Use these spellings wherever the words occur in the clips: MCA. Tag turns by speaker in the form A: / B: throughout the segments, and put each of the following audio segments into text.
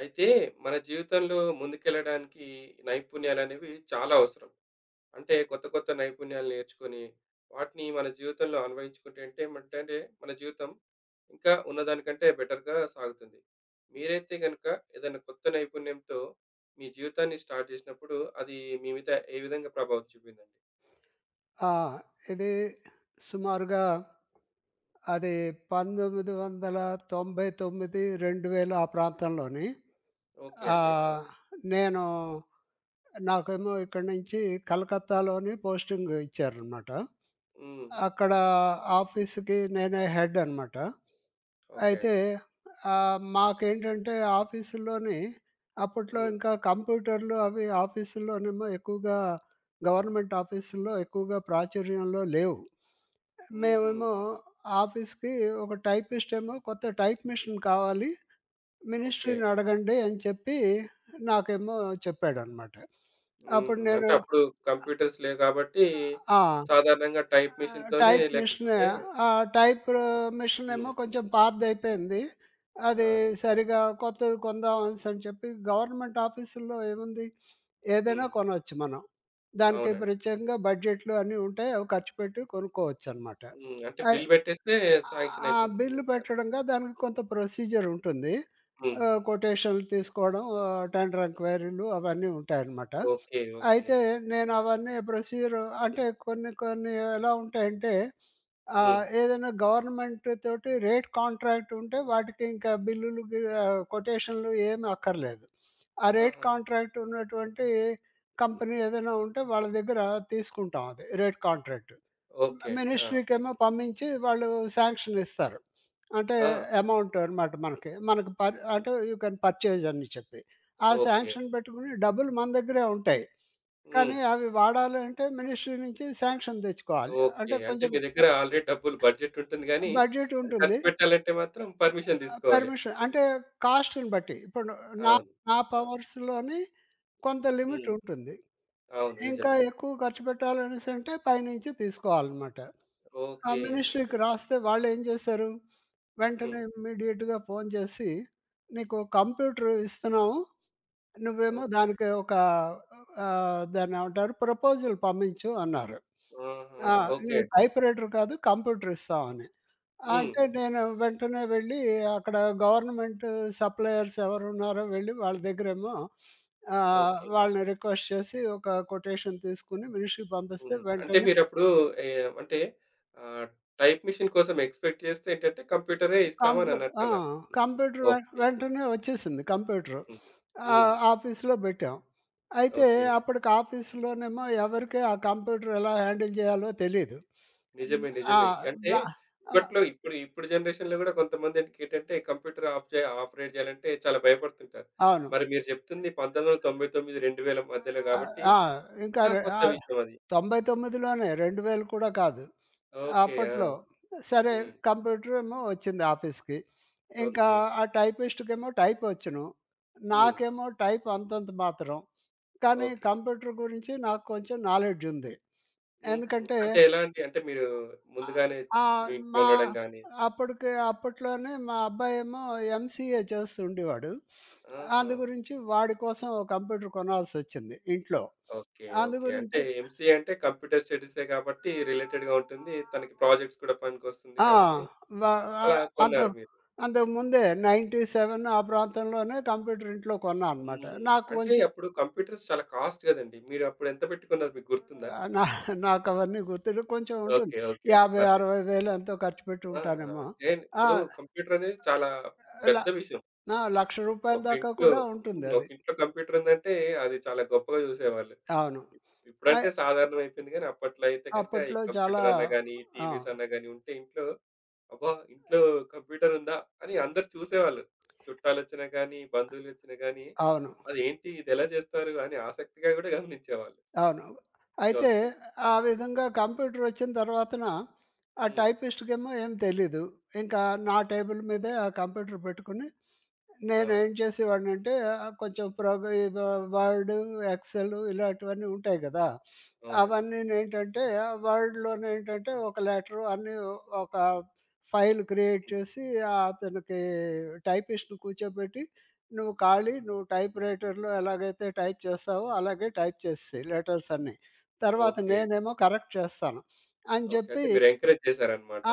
A: అయితే మన జీవితంలో ముందుకెళ్ళడానికి నైపుణ్యాలనేవి చాలా అవసరం. అంటే కొత్త కొత్త నైపుణ్యాలు నేర్చుకొని, వాటిని మన జీవితంలో అన్వయించుకుంటే అంటే ఏమంటంటే మన జీవితం ఇంకా ఉన్నదానికంటే బెటర్‌గా సాగుతుంది. మీరైతే గనుక ఏదైనా కొత్త నైపుణ్యంతో మీ జీవితాన్ని స్టార్ట్ చేసినప్పుడు అది మీ మీద ఏ విధంగా ప్రభావం చూపిందండి?
B: ఆ! ఇది సుమారుగా అది 1999, 2000 ఆ ప్రాంతంలోని.
A: ఓకే అండి. ఆ!
B: ఆహ్, నేను నాకేమో ఇక్కడి నుంచి కలకత్తాలోని పోస్టింగ్ ఇచ్చారనమాట.
A: హ్మ్.
B: అక్కడ ఆఫీస్‌కి నేనే హెడ్ అనమాట.
A: ఓకే
B: అయితే
A: అండి.
B: మాకేంటంటే ఆఫీసుల్లోని అప్పట్లో
A: హ్మ్.
B: ఇంకా కంప్యూటర్లు అవి ఆఫీసుల్లోనేమో ఎక్కువగా గవర్నమెంట్ ఆఫీసుల్లో ఎక్కువగా ప్రాచుర్యంలో లేవు.
A: హుహు.
B: మేమేమో ఆఫీస్‌కి ఒక టైపిస్ట్ ఏమో కొత్త టైప్ మెషిన్ కావాలి.
A: ఓకే.
B: మినిస్ట్రీని అడగండి అని చెప్పి నాకేమో చెప్పాడనమాట. అప్పుడు
A: హ్మ్. అంటే
B: నేను
A: అప్పుడు కంప్యూటర్స్ లేవు కాబట్టి
B: ఆ!
A: సాధారణంగా టైప్
B: ఆహ్,
A: మెషిన్‌తోనే
B: టైప్ మెషిన్
A: లేకపోతే
B: ఆ టైప్ మెషిన్
A: హ్మ్.
B: ఏమో కొంచెం పాతదయిపోయింది.
A: ఆ!
B: అది
A: నిజం.
B: సరిగ్గా కొత్తది కొందాం అనేసని చెప్పి గవర్నమెంట్ ఆఫీసుల్లో ఏముంది?
A: హ్మ్.
B: ఏదైనా కొనొచ్చు మనం. దానికి
A: అవునండి.
B: ప్రత్యేకంగా బడ్జెట్లు అన్నీ ఉంటాయి. అవి ఖర్చు పెట్టి కొనుక్కోవచ్చనమాట.
A: హ్మ్. అంటే
B: అయ్
A: బిల్ పెట్టేస్తే శాంక్షన్
B: ఆ!
A: అయిపోతుంది
B: బిల్లు
A: అంటారు.
B: పెట్టడంగా దానికి కొంత ప్రొసీజర్ ఉంటుంది.
A: హ్మ్. హ్మ్.
B: కొటేషన్‌లు తీసుకోవడం, టెండర్ ఎంక్వైరీలు అవన్నీ ఉంటాయన్నమాట.
A: ఓకే. ఓకే.
B: అయితే నేనవన్నీ ప్రొసీజర్ అంటే కొన్ని కొన్ని ఎలా ఉంటాయంటే,
A: హ్మ్.
B: ఏదైనా గవర్నమెంట్ తోటి రేట్ కాంట్రాక్ట్ ఉంటే వాటికి ఇంకా కొటేషన్‌లు ఏమి అక్కర్లేదు. ఆ రేట్
A: ఆహా!
B: కాంట్రాక్ట్ ఉన్నటువంటి కంపెనీ ఏదైనా ఉంటే వాళ్ళ దగ్గర తీసుకుంటాం అది రేట్ కాంట్రాక్ట్.
A: ఓకే అండి. ఆ!
B: మినిస్ట్రీకేమో పంపించి వాళ్ళు శాంక్షన్ ఇస్తారు. అంటే
A: ఆ!
B: అమౌంట్ అనమాట మనకి. మనకు పర్ అంటే యూ కెన్ పర్చేజ్ అని చెప్పి. ఆ
A: ఓకే.
B: శాంక్షన్ పెట్టుకుని డబ్బులు మన దగ్గరే ఉంటాయి.
A: హ్మ్.
B: కానీ అవి వాడాలి అంటే మినిస్ట్రీ నుంచి శాంక్షన్ తెచ్చుకోవాలి.
A: ఓకే.
B: అంటే
A: అంటే
B: కొంచెం
A: మీ దగ్గర ఆల్రెడీ డబ్బులు బడ్జెట్ ఉంటుంది గానీ,
B: బడ్జెట్
A: అది ఖర్చు
B: ఉంటుంది.
A: పెట్టాలంటే మాత్రం పర్మిషన్ తీసుకోవాలి.
B: పర్మిషన్ అంటే కాస్ట్‌ని బట్టి. ఇప్పుడు నా
A: అవును.
B: నా
A: అవును.
B: పవర్స్‌లోని కొంత లిమిట్
A: హ్మ్.
B: ఉంటుంది.
A: అవును.
B: ఇంకా
A: నిజమే.
B: ఎక్కువ ఖర్చు పెట్టాలనేసంటే పైనుంచి తీసుకోవాలన్నమాట. ఆ
A: ఓకే.
B: మినిస్ట్రీకి రాస్తే వాళ్ళేం చేశారు?
A: హ్మ్.
B: వెంటనే ఇమ్మీడియేట్‌గా ఫోన్ చేసి, "నీకు కంప్యూటర్ ఇస్తున్నాము. నువ్వేమో
A: ఓకే.
B: దానికి ఒక దాన్నేమంటారు ప్రపోజల్ పంపించు" అన్నారు.
A: ఆహా!
B: ఆ!
A: ఓకే
B: "నీకు
A: అండి.
B: టైప్‌రైటర్ కాదు కంప్యూటర్ ఇస్తామని."
A: హ్మ్.
B: అంటే నేను వెంటనే వెళ్ళి అక్కడ గవర్నమెంట్ సప్లయర్స్ ఎవరున్నారో వెళ్ళి వాళ్ళ దగ్గరేమో
A: ఓకే.
B: వాళ్ళని రిక్వెస్ట్ చేసి ఒక కొటేషన్ తీసుకొని మినిస్ట్రీకి పంపిస్తే
A: హ్మ్. అంటే
B: వెంటనే
A: మీరప్పుడు ఏ అంటే ఆహ్, టైప్ మెషిన్ కోసం ఎక్స్‌పెక్ట్ చేస్తే ఏంటంటే కంప్యూటరే ఇస్తాము అని
B: కంప్యూ ఆ!
A: అన్నట్టన్నారు.
B: కంప్యూటర్ వె
A: ఓకే.
B: వెంటనే వచ్చేసింది కంప్యూటరు.
A: హ్మ్. హ్మ్.
B: ఆఫీస్‌లో పెట్టాం. అయితే
A: ఓకే.
B: అప్పటికి ఆఫీస్‌లోనేమో ఎవరికీ ఆ కంప్యూటర్ ఎలా హ్యాండిల్ చేయాలో తెలీదు. హ్మ్.
A: నిజమే.
B: ఆ!
A: నిజమే. అంటే
B: న ఆ!
A: ఇప్పట్లో ఇప్పుడు ఇప్పుడు జనరేషన్‌లో గూడా కొంతమందేంటికేంటంటే కంప్యూటర్ ఆఫ్ ఆపరేట్ చేయాలంటే చాలా భయపడుతుంటారు.
B: అవును.
A: మరి మీరు చెప్తుంది 1999, 2000 మధ్యలో గాబట్టి
B: ఆ! ఇంకా
A: ఇంకా
B: రె
A: కొత్త
B: ఆ!
A: విషయం అది.
B: 99లోనే 2000 కూడా కాదు.
A: ఓకే. ఆ!
B: అప్పట్లో సరే
A: హ్మ్.
B: కంప్యూటర్ ఏమో వచ్చింది ఆఫీస్‌కి. ఇంకా
A: ఓకే.
B: ఆ టైపిస్ట్‌కేమో టైపొచ్చును.
A: హ్మ్.
B: నాకేమో టైప్ అంతంత మాత్రం. కానీ
A: ఓకే.
B: కంప్యూటర్ గురించి నాకు కొంచెం నాలెడ్జ్ ఉంది.
A: హుహు.
B: ఎందుకంటే
A: అంటే ఎలాంటి అంటే మీరు
B: ఆహ్,
A: ముందుగానే
B: ఆ!
A: మీ ఇంట్లో
B: మా
A: ఉండడం గాని
B: అప్పటికి అప్పట్లోనే మా అబ్బాయేమో ఎంసీఏ చేస్తుండేవాడు.
A: ఆహా!
B: అందు గురించి వాడి కోసం ఓ కంప్యూటర్ కొనాల్సొచ్చింది ఇంట్లో.
A: ఓకే.
B: అందు
A: ఓకే. అంటే
B: గురించి
A: ఎంసీఏ అంటే కంప్యూటర్ స్టడీసే కాబట్టి రిలేటెడ్‌గా ఉంటుంది. తనకి ప్రాజెక్ట్స్ కూడా పనికొస్తుంది
B: ఆ!
A: కాబట్టి
B: వ
A: అలా
B: ఆహ్,
A: కొన్నారు
B: అంతకు
A: మీరు.
B: అంతకు ముందే 97 ఆ ప్రాంతంలోనే కంప్యూటర్ ఇంట్లో కొన్నా అనమాట.
A: హ్మ్.
B: నాకు
A: అంటే
B: కొంచెం
A: అప్పుడు కంప్యూటర్స్ చాలా కాస్ట్ గదండీ! మీరు అప్పుడు ఎంత పెట్టుకున్నారు మీకు గుర్తుందా?
B: ఆహ్, నా నాకవన్నీ గుర్తులేదు. కొంచెం ఉంటుంది.
A: ఓకే. ఓకే అండి.
B: 50,
A: పర్లేదు.
B: 60 వేలు ఎంతో ఖర్చు పెట్టి
A: ఆ!
B: ఉంటానేమో.
A: అంటే
B: ఆ!
A: ఇప్పుడు కంప్యూటర్ అనేది చాలా
B: ల
A: పెద్ద విషయం.
B: ఆ! రూ. 1,00,000
A: ఒక
B: దాకా
A: ఇంట్లో
B: కూడా
A: హ్మ్. ఒక
B: ఉంటుందది.
A: ఇంట్లో కంప్యూటర్ ఉందంటే అది చాలా గొప్పగా జూసేవాళ్ళు.
B: అవును.
A: ఇప్పుడంటే
B: అయ్
A: సాధారణం అయిపోయింది గానీ, అప్పట్లో అయితే గనక ఈ
B: అప్పట్లో చాలా.
A: కంప్యూటర్ అన్నా గానీ,
B: ఆ!
A: టీవీస్ అన్నా గానీ ఉంటే ఇంట్లో, అబ్బా! ఇంట్లో కంప్యూటర్ ఉందా? అని అందరూ చూసేవాళ్ళు. చుట్టాలొచ్చినా గానీ, బంధువులొచ్చినా గానీ,
B: అవును.
A: అదేంటి ఇదెలా జేస్తారు అని ఆసక్తిగా గూడా గమనించేవాళ్ళు.
B: అవును. అయితే
A: ఓకే.
B: ఆ విధంగా కంప్యూటరొచ్చిన తర్వాతన ఆ
A: హ్మ్.
B: టైపిస్ట్‌కేమో ఏం తెలీదు. ఇంకా నా టేబుల్ మీదే ఆ కంప్యూటర్ పెట్టుకొని
A: ఆ!
B: నేనేం చేసేవాడినంటే కొంచెం ప్రోగ్ ఇవ వర్డ్, ఎక్సెల్ ఇలాంటివన్నీ ఉంటాయి గదా!
A: అవునండి.
B: అవన్నీనేంటంటే ఆ వర్డ్‌లోనేంటంటే ఒక లెటరు అన్నీ ఒక ఫైల్ క్రియేట్
A: హ్మ్.
B: చేసి అతనికి టైపిస్ట్‌ని కూర్చోబెట్టి నువ్వు ఖాళీ నువ్వు టైప్ రైటర్‌లో ఎలాగైతే టైప్ చేస్తావో అలాగే టైప్ చేసేసేయి లెటర్స్ అన్నీ. తర్వాత
A: ఓకే.
B: నేనేమో కరెక్ట్ చేస్తాను అని
A: ఓకే.
B: చెప్పి
A: అంటే మీరు ఎంకరేజ్ చేశారనమాట.
B: ఆ!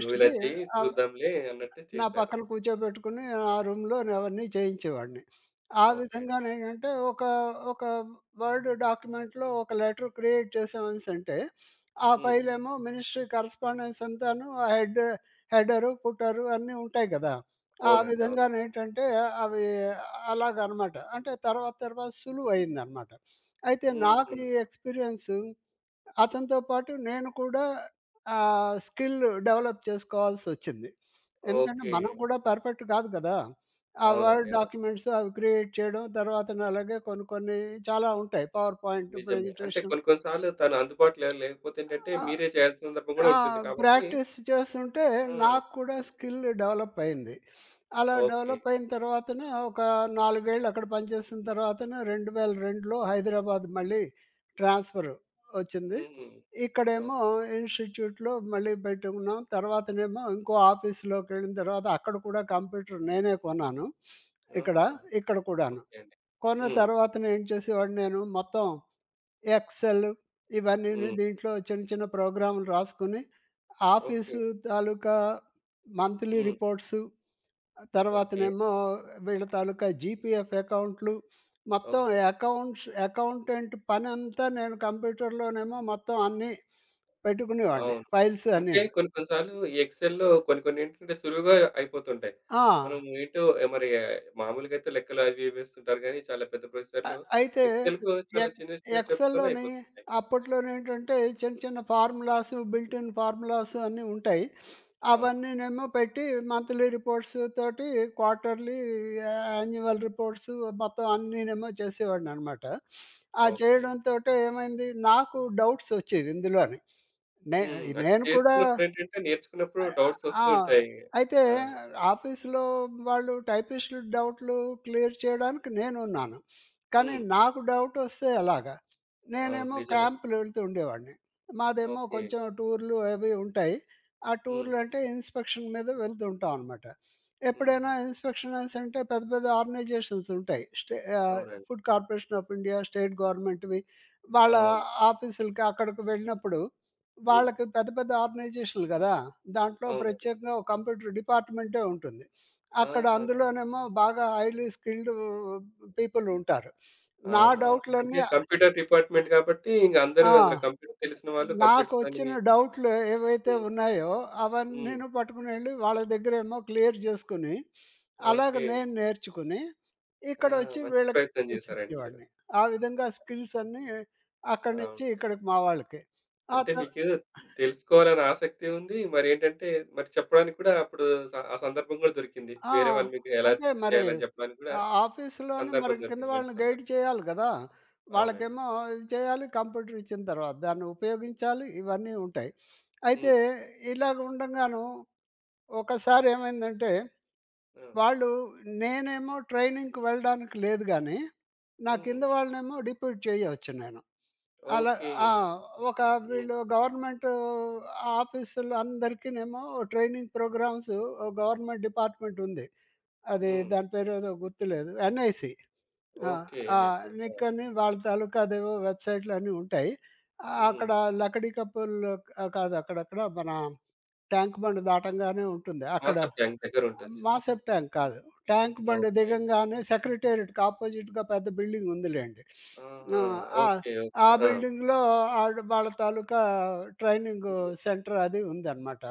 A: "నువ్విలా చెయ్యి
B: ఆ!
A: చూద్దాంలే" అన్నట్టు
B: నా
A: చేశారు.
B: పక్కన కూర్చోబెట్టుకుని నా రూమ్‌లో అవన్నీ చేయించేవాడిని. ఆ
A: ఓకే అండి.
B: విధంగానేంటంటే ఒక వర్డ్ డాక్యుమెంట్‌లో ఒక లెటర్ క్రియేట్ చేసామనేసంటే, ఆ
A: హ్మ్.
B: ఫైలేమో మినిస్ట్రీ కరస్పాండెన్స్ అంతాను ఆ హెడ్ హెడరు, ఫుటరు అన్నీ ఉంటాయి కదా! ఆ
A: అవునండి. అవును.
B: విధంగానేంటంటే అవి అలాగనమాట. అంటే తర్వాత తర్వాత సులువయిందనమాట. అయితే
A: హ్మ్.
B: నాకు ఈ ఎక్స్‌పీరియన్సు అతనితో పాటు నేను కూడా స్కిల్ డెవలప్ చేసుకోవాల్సొచ్చింది. ఎందుకంటే
A: ఓకే.
B: మనం కూడా పర్ఫెక్ట్ కాదు కదా! ఆ
A: అవునండి.
B: వర్డ్
A: అవును.
B: డాక్యుమెంట్స్ అవి క్రియేట్ చేయడం తర్వాతన అలాగే కొన్ని కొన్ని చాలా ఉంటాయి. పవర్ పాయింట్
A: నిజమే. అంటే
B: ప్రెజెంటేషన్.
A: కొన్ని కొన్ని సార్లు తను అందుబాటులో లేకపోతే ఏంటంటే,
B: ఆ!
A: మీరే చేయాల్సిన సందర్భం గూడా
B: ఆ!
A: ఉంటుంది కాబట్టి
B: ప్రాక్టీస్ చేస్తుంటే
A: ఆ!
B: నాకు కూడా స్కిల్ డెవలప్ అయింది. అలా
A: ఓకే.
B: డెవలప్ అయిన తర్వాతన ఒక 4 ఏళ్ళు అక్కడ పనిచేసిన తర్వాతన 2002లో హైదరాబాద్ మళ్ళీ ట్రాన్స్‌ఫర్ వచ్చింది.
A: హ్మ్.
B: ఇక్కడేమో
A: ఓకే.
B: ఇన్‌స్టిట్యూట్‌లో మళ్ళీ పెట్టుకున్నాం. తర్వాతనేమో ఇంకో ఆఫీస్‌లోకెళ్ళిన తర్వాత అక్కడ కూడా కంప్యూటర్ నేనే కొన్నాను. ఇక్కడ,
A: ఆహా!
B: ఇక్కడ కూడాను.
A: ఓకే అండి.
B: కొన్న
A: హ్మ్.
B: తర్వాతన ఏం చేసేవాడిని నేను మొత్తం ఎక్సెల్ ఇవన్నీని
A: హ్మ్.
B: దీంట్లో చిన్న చిన్న ప్రోగ్రామ్‌లు రాసుకొని
A: ఓకే.
B: ఆఫీసు తాలూకా మంత్లీ
A: హ్మ్.
B: Reports,
A: okay.
B: తర్వాతనేమో వీళ్ళ తాలూకా జీపీఎఫ్ అకౌంట్లు, మొత్తం
A: ఓకే.
B: అకౌంట్స్ అకౌంటెంట్ పనంతా నేను కంప్యూటర్‌లోనేమో మొత్తం అన్నీ పెట్టుకునేవాడిని.
A: అవును.
B: ఫైల్స్
A: అంటే
B: అన్నీను.
A: కొన్ని కొన్ని సార్లు ఈ ఎక్సెల్‌లో కొన్ని కొన్ని ఏంటంటే సులువుగా అయిపోతుంటాయి.
B: ఆ!
A: మనం ఏంటో ఏ మరి ఆ, మామూలుగా అయితే లెక్కలు అవి ఇవి వేస్తుంటారు గానీ, చాలా పెద్ద
B: అ
A: ప్రొసెసర్‌లు
B: అయితే
A: ఎక్సెల్‌కు చాలా
B: ఎక్
A: చిన్న చిన్న స్టెప్స్‌తోనే
B: ఎక్సెల్‌లోని
A: అయిపోతుంటాయి.
B: అప్పట్లోనేంటంటే చిన్న చిన్న ఫార్ములాస్, బిల్ట్ ఇన్ ఫార్ములాస్ అన్నీ ఉంటాయి.
A: అవును.
B: అవన్నీనేమో పెట్టి మంత్లీ రిపోర్ట్స్ తోటి క్వార్టర్‌లీ, యాన్యువల్ రిపోర్ట్స్ మొత్తం అన్నీనేమో చేసేవాడిననమాట. ఆ
A: ఓకే.
B: చేయడంతోటే ఏమైంది నాకు డౌట్స్ వచ్చేవి ఇందులోని. నే
A: హ్మ్. అంటే
B: నేను కూడా
A: చేస్తున్నప్పుడేంటంటే, నేర్చుకున్నప్పుడు డౌట్స్
B: ఆ!
A: వస్తూ ఉంటాయి.
B: అయితే
A: ఆ!
B: ఆఫీస్‌లో వాళ్ళు టైపిస్టులు డౌట్లు క్లియర్ చేయడానికి నేనున్నాను. కానీ
A: హ్మ్.
B: నాకు డౌట్ వస్తే ఎలాగా?
A: అవును.
B: నేనేమో
A: నిజమే.
B: క్యాంపులు వెళ్తూ ఉండేవాడిని. మాదేమో
A: ఓకే.
B: కొంచెం టూర్‌లు అవి ఉంటాయి. ఆ
A: హ్మ్.
B: టూర్‌లు అంటే ఇన్స్‌పెక్షన్ మీద వెళ్తూ ఉంటాం అనమాట. ఎప్పుడైనా
A: హుహు.
B: ఇన్స్‌పెక్షనర్స్ అంటే పెద్ద పెద్ద ఆర్గనైజేషన్స్ ఉంటాయి.
A: అవునండి.
B: Food corporation of India, state గవర్నమెంట్‌వి వాళ్ళ
A: అవును.
B: ఆఫీసులకి అక్కడికి వెళ్ళినప్పుడు
A: హ్మ్.
B: వాళ్ళకి పెద్ద పెద్ద ఆర్గనైజేషన్‌లు గదా! దాంట్లో
A: అవునండి.
B: ప్రత్యేకంగా ఒక కంప్యూటర్ డిపార్ట్‌మెంటే ఉంటుంది. అక్కడ
A: ఆహాహా!
B: అందులోనేమో బాగా హైలీ స్కిల్డ్ పీపుల్ ఉంటారు. నా
A: అవునవును.
B: డౌట్‌లన్నీ
A: అంటే కంప్యూటర్ డిపార్ట్‌మెంట్ కాబట్టి ఇంక అందరూ
B: ఆ!
A: అందులో కంప్యూటర్ తెలిసిన వాళ్ళు కంప్యూటర్స్ అని
B: నాకొచ్చిన డౌట్‌లు ఏవైతే
A: హ్మ్.
B: ఉన్నాయో
A: హ్మ్.
B: అవన్నీను పట్టుకుని ఎళ్ళి వాళ్ళ దగ్గరేమో క్లియర్ జేసుకొని, అలాగ
A: ఓకే.
B: నేను నేర్చుకుని,
A: ఆ!
B: ఇక్కడొచ్చి
A: మంచి
B: వీళ్ళకి
A: ప్రయత్నం
B: skills
A: చేశారండి మీరు.
B: ఇచ్చేవాడిని. ఆ విధంగా స్కిల్స్ అన్నీ అక్కడి నుంచి
A: అవును.
B: ఇక్కడికి మా వాళ్ళకి. ఆ
A: అంటే
B: తర్
A: మీకు తెలుసుకోవాలని ఆసక్తి ఉంది. మరేంటంటే మరి చెప్పడానికి కూడా అప్పుడు ఆ సందర్భం కూడా దొరికింది.
B: ఆ!
A: వేరే వాళ్ళు మీకు ఎలా
B: అంటే మరి
A: చేయాలని చెప్పడానికి కూడా
B: ఆ
A: ఒక
B: ఆఫీస్‌లోనే మరి
A: సందర్భం
B: కింద
A: దొరికింది. మంచి
B: వాళ్ళని గైడ్
A: సందర్భం.
B: చేయాలి కదా!
A: అవునండి.
B: వాళ్ళకేమో ఇది చేయాలి, కంప్యూటర్ ఇచ్చిన తర్వాత దాన్ని ఉపయోగించాలి, ఇవన్నీ ఉంటాయి. అయితే
A: హ్మ్.
B: ఇలాగ ఉండంగాను ఒకసారి ఏమైందంటే,
A: ఆ!
B: వాళ్ళు నేనేమో ట్రైనింగ్‌కి వెళ్ళడానికి లేదు గానీ, నా
A: హ్మ్.
B: కింద వాళ్ళనేమో డిప్యూట్ చేయొచ్చు నేను. అలా
A: ఓకే.
B: ఆ! ఒక
A: హ్మ్.
B: వీళ్ళు గవర్నమెంట్ ఆఫీసులు అందరికీనేమో ట్రైనింగ్ ప్రోగ్రామ్స్ గవర్నమెంట్ డిపార్ట్మెంట్ ఉంది. అది
A: హ్మ్.
B: దాని పేరేదో గుర్తులేదు. ఎన్ఐసి. ఆ!
A: ఓకే.
B: ఆ!
A: అనేసి. ఆ!
B: నిక్ అని వాళ్ళ తాలూకా అదేవో వెబ్‌సైట్‌లన్నీ ఉంటాయి.
A: హ్మ్.
B: అక్కడ లకడీ కప్పుల్ కాదు అక్కడక్కడ మన ట్యాంక్ బండ్ దాటంగానే ఉంటుంది. అక్కడ
A: మాస్టర్ ప్లాంక్ దగ్గరుండొచ్చు.
B: ట్యాంక్ కాదు. ట్యాంక్ బండి
A: ఓకే.
B: దిగంగానే సెక్రటేరియట్‌కి ఆపోజిట్‌గా పెద్ద బిల్డింగ్ ఉందిలెండి.
A: ఆహా!
B: ఆహ్, ఆ!
A: ఓకే.
B: ఆ
A: ఓకే. ఆ!
B: బిల్డింగ్‌లో ఆళ్ళు వాళ్ళ తాలూకా ట్రైనింగు
A: హ్మ్.
B: సెంటర్ అది ఉందనమాట.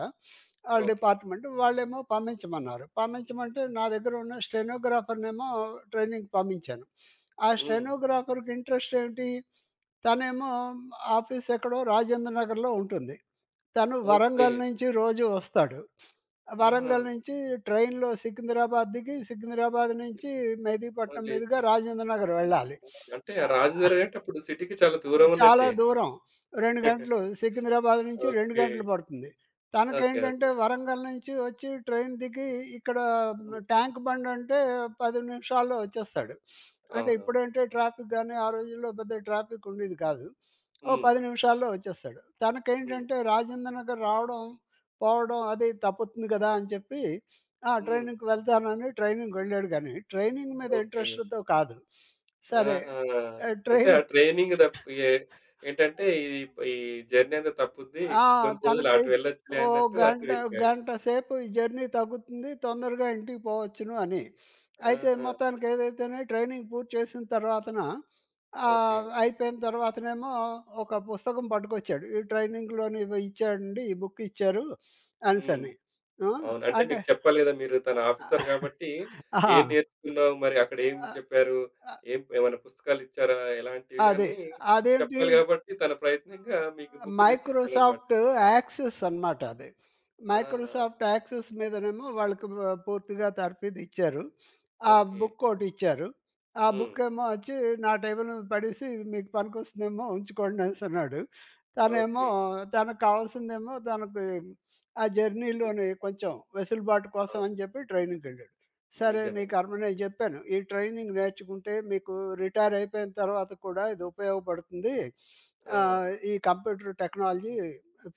B: ఆళ్ళ
A: ఓకే.
B: డిపార్ట్‌మెంట్. వాళ్ళేమో పంపించమన్నారు. పంపించమంటే నా దగ్గర ఉన్న స్టెనోగ్రాఫర్‌నేమో ట్రైనింగ్‌కి పంపించాను. ఆ
A: హ్మ్.
B: స్టెనోగ్రాఫర్‌కి ఇంట్రెస్ట్ ఏంటి? తనేమో ఆఫీస్ ఎక్కడో రాజేంద్ర నగర్‌లో ఉంటుంది. తను
A: ఓకే.
B: వరంగల్ నుంచి రోజు వస్తాడు.
A: ఆహా!
B: వరంగల్ నుంచి ట్రైన్‌లో సికింద్రాబాద్ దిగి, సికింద్రాబాద్ నుంచి మెహదీపట్నం
A: మళ్ళీ
B: మీదుగా రాజేంద్ర నగర్ వెళ్ళాలి.
A: అంటే రాజు
B: ఆహ్,
A: గారంటే అప్పుడు సిటీకి చాలా దూరం
B: చాలా
A: ఉన్నట్టే.
B: దూరం. 2 గంటలు సికింద్రాబాద్ నుంచి 2
A: ఓకే.
B: గంటలు పడుతుంది.
A: ఓకే.
B: తనకేంటంటే
A: ఓకే.
B: వరంగల్ నుంచి వచ్చి ట్రైన్ దిగి ఇక్కడ
A: హ్మ్.
B: ట్యాంక్ బండ్ అంటే 10 నిమిషాల్లో వచ్చేస్తాడు. అంటే
A: అవునవును.
B: ఇప్పుడంటే ట్రాఫిక్ గాని, ఆ రోజుల్లో పెద్ద ట్రాఫిక్ ఉండేది కాదు. ఓ
A: హ్మ్.
B: 10 నిమిషాల్లో వచ్చేస్తాడు.
A: హ్మ్.
B: తనకేంటంటే రాజేంద్ర నగర్ రావడం, పోవడం అది తప్పుతుంది కదా! అని చెప్పి
A: హ్మ్.
B: ట్రైనింగ్‌కి వెళ్తానని ట్రైనింగ్‌కి వెళ్ళాడు గానీ, ట్రైనింగ్ మీద
A: ఓకే.
B: ఇంట్రెస్ట్‌తో కాదు. సరే
A: ఆహా!
B: ఆహ్,
A: అంటే
B: ట్రైన్
A: ఆ ట్రైనింగ్ తప్పి ఏ ఏంటంటే ఈ ఈ జర్నీ అంతా తప్పుద్ది.
B: ఆ!
A: కొన్ని రోజులు
B: తనకి
A: అటు వెళ్ళొచ్చులే
B: ఓ
A: అన్నట్టు అటు
B: గంట,
A: వెళ్ళిపోయాడు.
B: గంట సేపు ఈ జర్నీ తగ్గుతుంది. తొందరగా ఇంటికి పోవచ్చును అని. అయితే
A: ఆహా!
B: మొత్తానికి ఏదైతేనే ట్రైనింగ్ పూర్తి చేసిన తర్వాతన
A: ఓకే.
B: అయిపోయిన తర్వాతనేమో ఒక పుస్తకం పట్టుకొచ్చాడు. ఈ ట్రైనింగ్‌లోని ఇవి ఇచ్చాడండి. ఈ బుక్ ఇచ్చారు
A: హ్మ్.
B: అనేసని. ఆ!
A: అవును. అంటే
B: అంటే
A: మీకు చెప్పలేదా మీరు తను ఆఫీసర్ కాబట్టి
B: ఆ!
A: ఏం
B: ఆ!
A: నేర్చుకున్నావు? మరి అక్కడ ఏం
B: అ
A: చెప్పారు?
B: అ
A: ఏం ఏమైనా పుస్తకాలు ఇచ్చారా? ఎలాంటివి
B: అదే.
A: అని
B: అదేంటి
A: చెప్పాలి కాబట్టి తన ప్రయత్నంగా మీకు బుక్ తెచ్చి ఇచ్చాడన్నమాట.
B: మైక్రోసాఫ్ట్ యాక్సెస్ అనమాట అది.
A: ఆహా!
B: మైక్రోసాఫ్ట్ యాక్సెస్ మీదనేమో వాళ్ళకి వ పూర్తిగా తర్ఫీదు ఇచ్చారు. ఆ
A: ఓకే.
B: బుక్ ఒకటిచ్చారు. ఆ
A: హ్మ్.
B: బుక్ ఏమో వచ్చి నా టేబుల్ మీద పడేసి "ఇది మీకు పనికొస్తుందేమో ఉంచుకోండి" అనేసన్నాడు. తనేమో
A: ఓకే.
B: తనకు కావాల్సిందేమో తనకి ఆ
A: హ్మ్.
B: జర్నీలోని కొంచెం వెసులుబాటు కోసం
A: అవును.
B: అని చెప్పి ట్రైన్‌కెళ్ళాడు. సరే
A: నిజమే.
B: నీకర్మ నేను జెప్పాను. ఈ ట్రైనింగ్ నేర్చుకుంటే మీకు రిటైర్ అయిపోయిన తర్వాత కూడా ఇది ఉపయోగపడుతుంది.
A: ఆ!
B: ఈ కంప్యూటర్ టెక్నాలజీ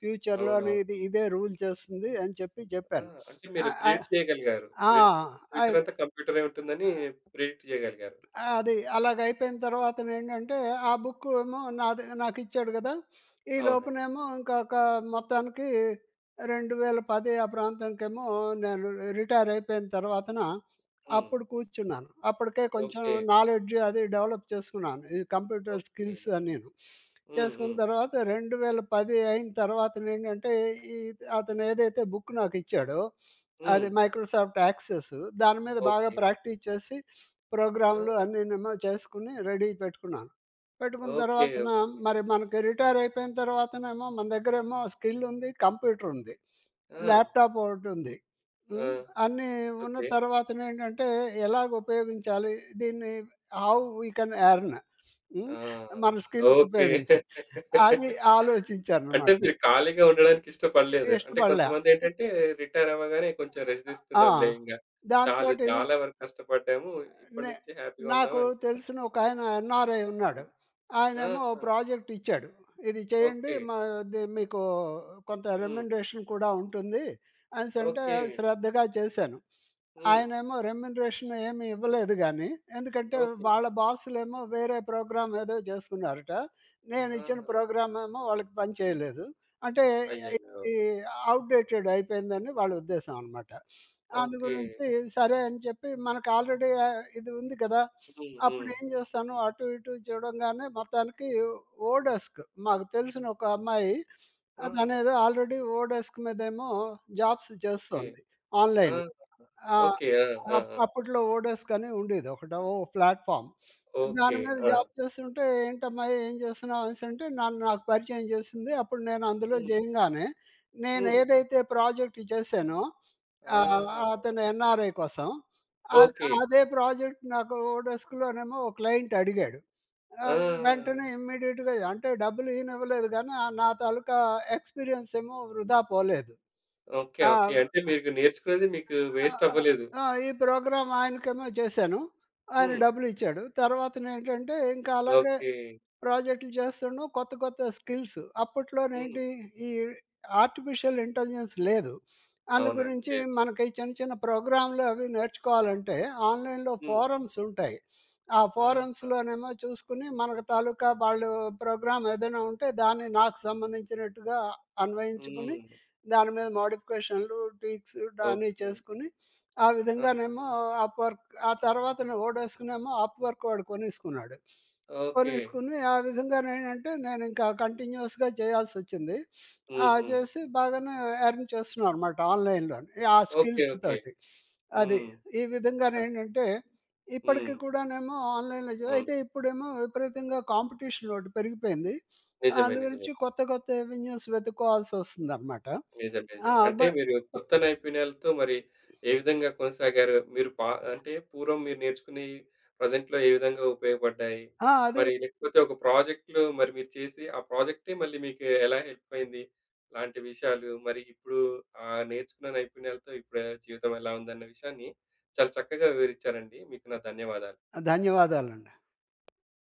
B: ఫ్యూచర్‌లోని
A: అవునవును.
B: ఇదే రూల్ చేస్తుంది అని చెప్పి
A: ఆ!
B: జెప్పాను.
A: అంటే మీరు
B: ఆహ్, ఆహ్
A: ప్రిడిక్ట్ చేయగలిగారు.
B: ఆ!
A: ఫ్యూచర్
B: అది.
A: అంతా కంప్యూటరే ఉంటుందని ప్రిడిక్ట్ చేయగలిగారు.
B: ఆ! అది. అలాగయిపోయిన తర్వాతనేంటంటే, ఆ బుక్కు ఏమో నాది నాకిచ్చాడు గదా! ఈ
A: అవునండి.
B: లోపునేమో ఇంకొక మొత్తానికి 2010 ఆ ప్రాంతానికేమో నేను రిటైర్ అయిపోయిన తర్వాతన
A: హ్మ్.
B: అప్పుడు కూర్చున్నాను. అప్పటికే కొంచెం
A: ఓకే.
B: నాలెడ్జ్ అది డెవలప్ చేసుకున్నాను. ఈ కంప్యూటర్
A: ఓకే.
B: స్కిల్స్ అన్నీను.
A: హ్మ్.
B: చేసుకున్న
A: హ్మ్.
B: తర్వాత 2010 అయిన తర్వాతనేంటంటే, ఈ అతనేదైతే బుక్ నాకిచ్చాడో,
A: హ్మ్.
B: అది మైక్రోసాఫ్ట్ యాక్సెస్ దాని మీద బాగా
A: ఓకే.
B: ప్రాక్టీస్ చేసి ప్రోగ్రామ్‌లు
A: ఆ!
B: అన్నీనేమో చేసుకొని రెడీ పెట్టుకున్నాను. పెట్టుకున్న
A: ఓకే.
B: తర్వాతన
A: ఓకే.
B: మరి మనకి రిటైర్ అయిపోయిన తర్వాతనేమో మన దగ్గరేమో స్కిల్ ఉంది, కంప్యూటర్ ఉంది,
A: ఆ!
B: ల్యాప్‌టాప్ ఒకటుంది.
A: ఆ!
B: హ్మ్. అన్నీ ఉన్న
A: ఓకే.
B: తర్వాతనేంటంటే ఎలాగ ఉపయోగించాలి? దీన్ని హౌ వి కెన్ ఎర్న్ హ్మ్.
A: ఆ!
B: మన స్కిల్స్
A: ఓకే.
B: ఉపయోగించి. అది
A: అంటే
B: ఆలోచించాననమాట.
A: మీరు ఖాళీగా ఉండడానికి ఇష్టపడలేదు. అంటే
B: ఇష్టపడలే.
A: కొంతమందేంటంటే రిటైర్ అవ్వగానే కొంచెం రెస్ట్
B: ఆ!
A: తీసుకుందాంలే ఇంగ. చాలు
B: దాంతోటి
A: చాలా వరకు కష్టపడ్డాము. ఇప్పటి
B: నే
A: నుంచి హ్యాపీగా ఉందాం
B: నాకు
A: అనుకుంటారు.
B: తెలిసిన ఒక ఆయన ఎన్ఆర్ఐ ఉన్నాడు.
A: హ్మ్.
B: ఆయనేమో ఓ
A: ఆహా!
B: ప్రాజెక్ట్ ఇచ్చాడు. ఇది చేయండి
A: ఓకే.
B: మా మీకు కొంత
A: హ్మ్.
B: రెమ్యునరేషన్ కూడా ఉంటుంది అనేసంటే
A: ఓకే.
B: శ్రద్ధగా చేశాను.
A: హ్మ్.
B: ఆయనేమో రెమ్యునరేషన్ ఏమి ఇవ్వలేదు గానీ, ఎందుకంటే
A: ఓకే.
B: వాళ్ళ బాసులేమో వేరే ప్రోగ్రామ్ ఏదో చేసుకున్నారట. నేనిచ్చిన
A: ఆహా!
B: ప్రోగ్రామ్ ఏమో వాళ్ళకి పని చేయలేదు. అంటే
A: అయ్యయ్యో!
B: ఇది ఔట్‌డేటెడ్ అయిపోయిందని వాళ్ళ ఉద్దేశం అన్నమాట. అందు
A: ఓకే.
B: గురించి సరే అని చెప్పి మనకు ఆల్రెడీ ఇది ఉంది కదా!
A: హ్మ్.
B: అప్పుడు
A: హ్మ్.
B: ఏం చేస్తాను అటు ఇటు చూడంగానే మొత్తానికి ఓడెస్క్ మాకు తెలిసిన ఒక అమ్మాయి
A: ఆ!
B: తనేదో ఆల్రెడీ ఓడెస్క్ మీదేమో జాబ్స్
A: ఓకే.
B: చేస్తోంది
A: ఆ!
B: ఆన్‌లైన్. ఆ!
A: ఓకే. ఆ! ఆ!
B: అప్
A: ఆ!
B: అప్పట్లో ఓడెస్క్ అని ఉండేది ఒకటి ఓ ప్లాట్‌ఫార్మ్. దాని
A: ఓకే.
B: మీద
A: ఆ!
B: జాబ్ చేస్తుంటే "ఏంటమ్మా ఏం చేస్తున్నావు?" అనేసంటే నన్ను నాకు పరిచయం చేసింది. అప్పుడు నేను అందులో
A: హ్మ్.
B: చేయంగానే నేను
A: హ్మ్.
B: ఏదైతే ప్రాజెక్ట్ చేశానో ఆ!
A: ఆహా!
B: అతను ఎన్ఆర్ఐ కోసం. అద్
A: ఓకే.
B: అదే ప్రాజెక్ట్ నాకు ఓడెస్క్‌లోనేమో ఓ క్లయింట్ అడిగాడు.
A: ఆ!
B: ఆహ్, వెంటనే ఇమ్మీడియేట్‌గా అంటే డబ్బులు ఈయనివ్వలేదు గానీ, నా తాలూకా ఎక్స్‌పీరియన్స్ ఏమో వృధా పోలేదు.
A: ఓకే.
B: ఆ!
A: ఓకే. అంటే మీకు నేర్చుకునేది మీకు
B: ఆహ్,
A: వేస్ట్
B: ఆహ్,
A: అవ్వలేదు.
B: ఆ! ఈ ప్రోగ్రామ్ ఆయనకేమో చేశాను. ఆయన
A: హ్మ్.
B: డబ్బులిచ్చాడు. తర్వాతనేంటంటే, ఇంకా అలాగే
A: ఓకే.
B: ప్రాజెక్టులు చేస్తున్నాం. కొత్త స్కిల్స్.
A: హ్మ్.
B: అప్పట్లోనేంటి ఈ ఆర్టిఫిషియల్ ఇంటెలిజెన్స్ లేదు.
A: అవునండి.
B: అందుగురించి
A: లేదు.
B: మనకి చిన్న ప్రోగ్రామ్‌లు అవి నేర్చుకోవాలంటే ఆన్‌లైన్‌లో
A: హ్మ్.
B: ఫోరమ్స్ ఉంటాయి. ఆ
A: ఆహా!
B: ఫోరమ్స్‌లోనేమో చూసుకొని మనకు తాలూకా వాళ్ళు ప్రోగ్రామ్ ఏదైనా ఉంటే దాన్ని నాకు సంబంధించినట్టుగా అన్వయించుకుని,
A: హ్మ్.
B: దాని మీద మోడిఫికేషన్‌లు, ట్వీక్స్ అన్నీ
A: ఓకే.
B: చేసుకొని, ఆ
A: ఆహా!
B: విధంగానేమో అప్‌వర్క్ ఆ తర్వాతనే ఓడెస్క్‌నేమో అప్‌వర్క్ వాడు కొనేసుకున్నాడు.
A: ఓకే.
B: కొనేసుకుని ఆ విధంగా నేనంటే నేను ఇంకా కంటిన్యూయస్‌గా చేయాల్సొచ్చింది.
A: హుహు.
B: చేసి బాగానే ఎర్న్ చేస్తున్నాం అనమాట ఆన్‌లైన్‌లోని. ఆ
A: ఓకే.
B: Skills
A: okay.
B: తోటి. అది.
A: హ్మ్.
B: ఈ
A: అన్
B: విధంగానేంటంటే
A: హ్మ్.
B: ఇప్పటికి కూడానేమో ఆన్‌లైన్‌లో చే
A: అవును.
B: అయితే ఇప్పుడేమో విపరీతంగా కాంపిటీషన్ ఒకటి పెరిగిపోయింది.
A: నిజమే.
B: అందు
A: నిజమే.
B: గురించి కొత్త కొత్త అవెన్యూస్ వెతుక్కోవాల్సొస్తుందనమాట.
A: నిజమే.
B: ఆ!
A: నిజమే.
B: బ
A: అంటే మీరు కొత్త నైపుణ్యాలతో మరి ఏ విధంగా కొనసాగారు? మీరు అంటే పూర్వం మీరు నేర్చుకుని ప్రెజెంట్‌లో ఏ విధంగా ఉపయోగపడ్డాయి?
B: ఆ! అది
A: మరి లేకపోతే ఒక ప్రాజెక్ట్‌లో మరి మీరు చేసి ఆ ప్రాజెక్టే మళ్ళీ మీకు ఎలా హెల్ప్ అయింది? లాంటి విషయాలు మరి ఇప్పుడు ఆ నేర్చుకున్న నైపుణ్యాలతో ఇప్పుడు జీవితం ఎలా ఉందన్న విషయాన్ని చాలా చక్కగా వివరించారండి. మీకు నా ధన్యవాదాలు.
B: ధన్యవాదాలండి.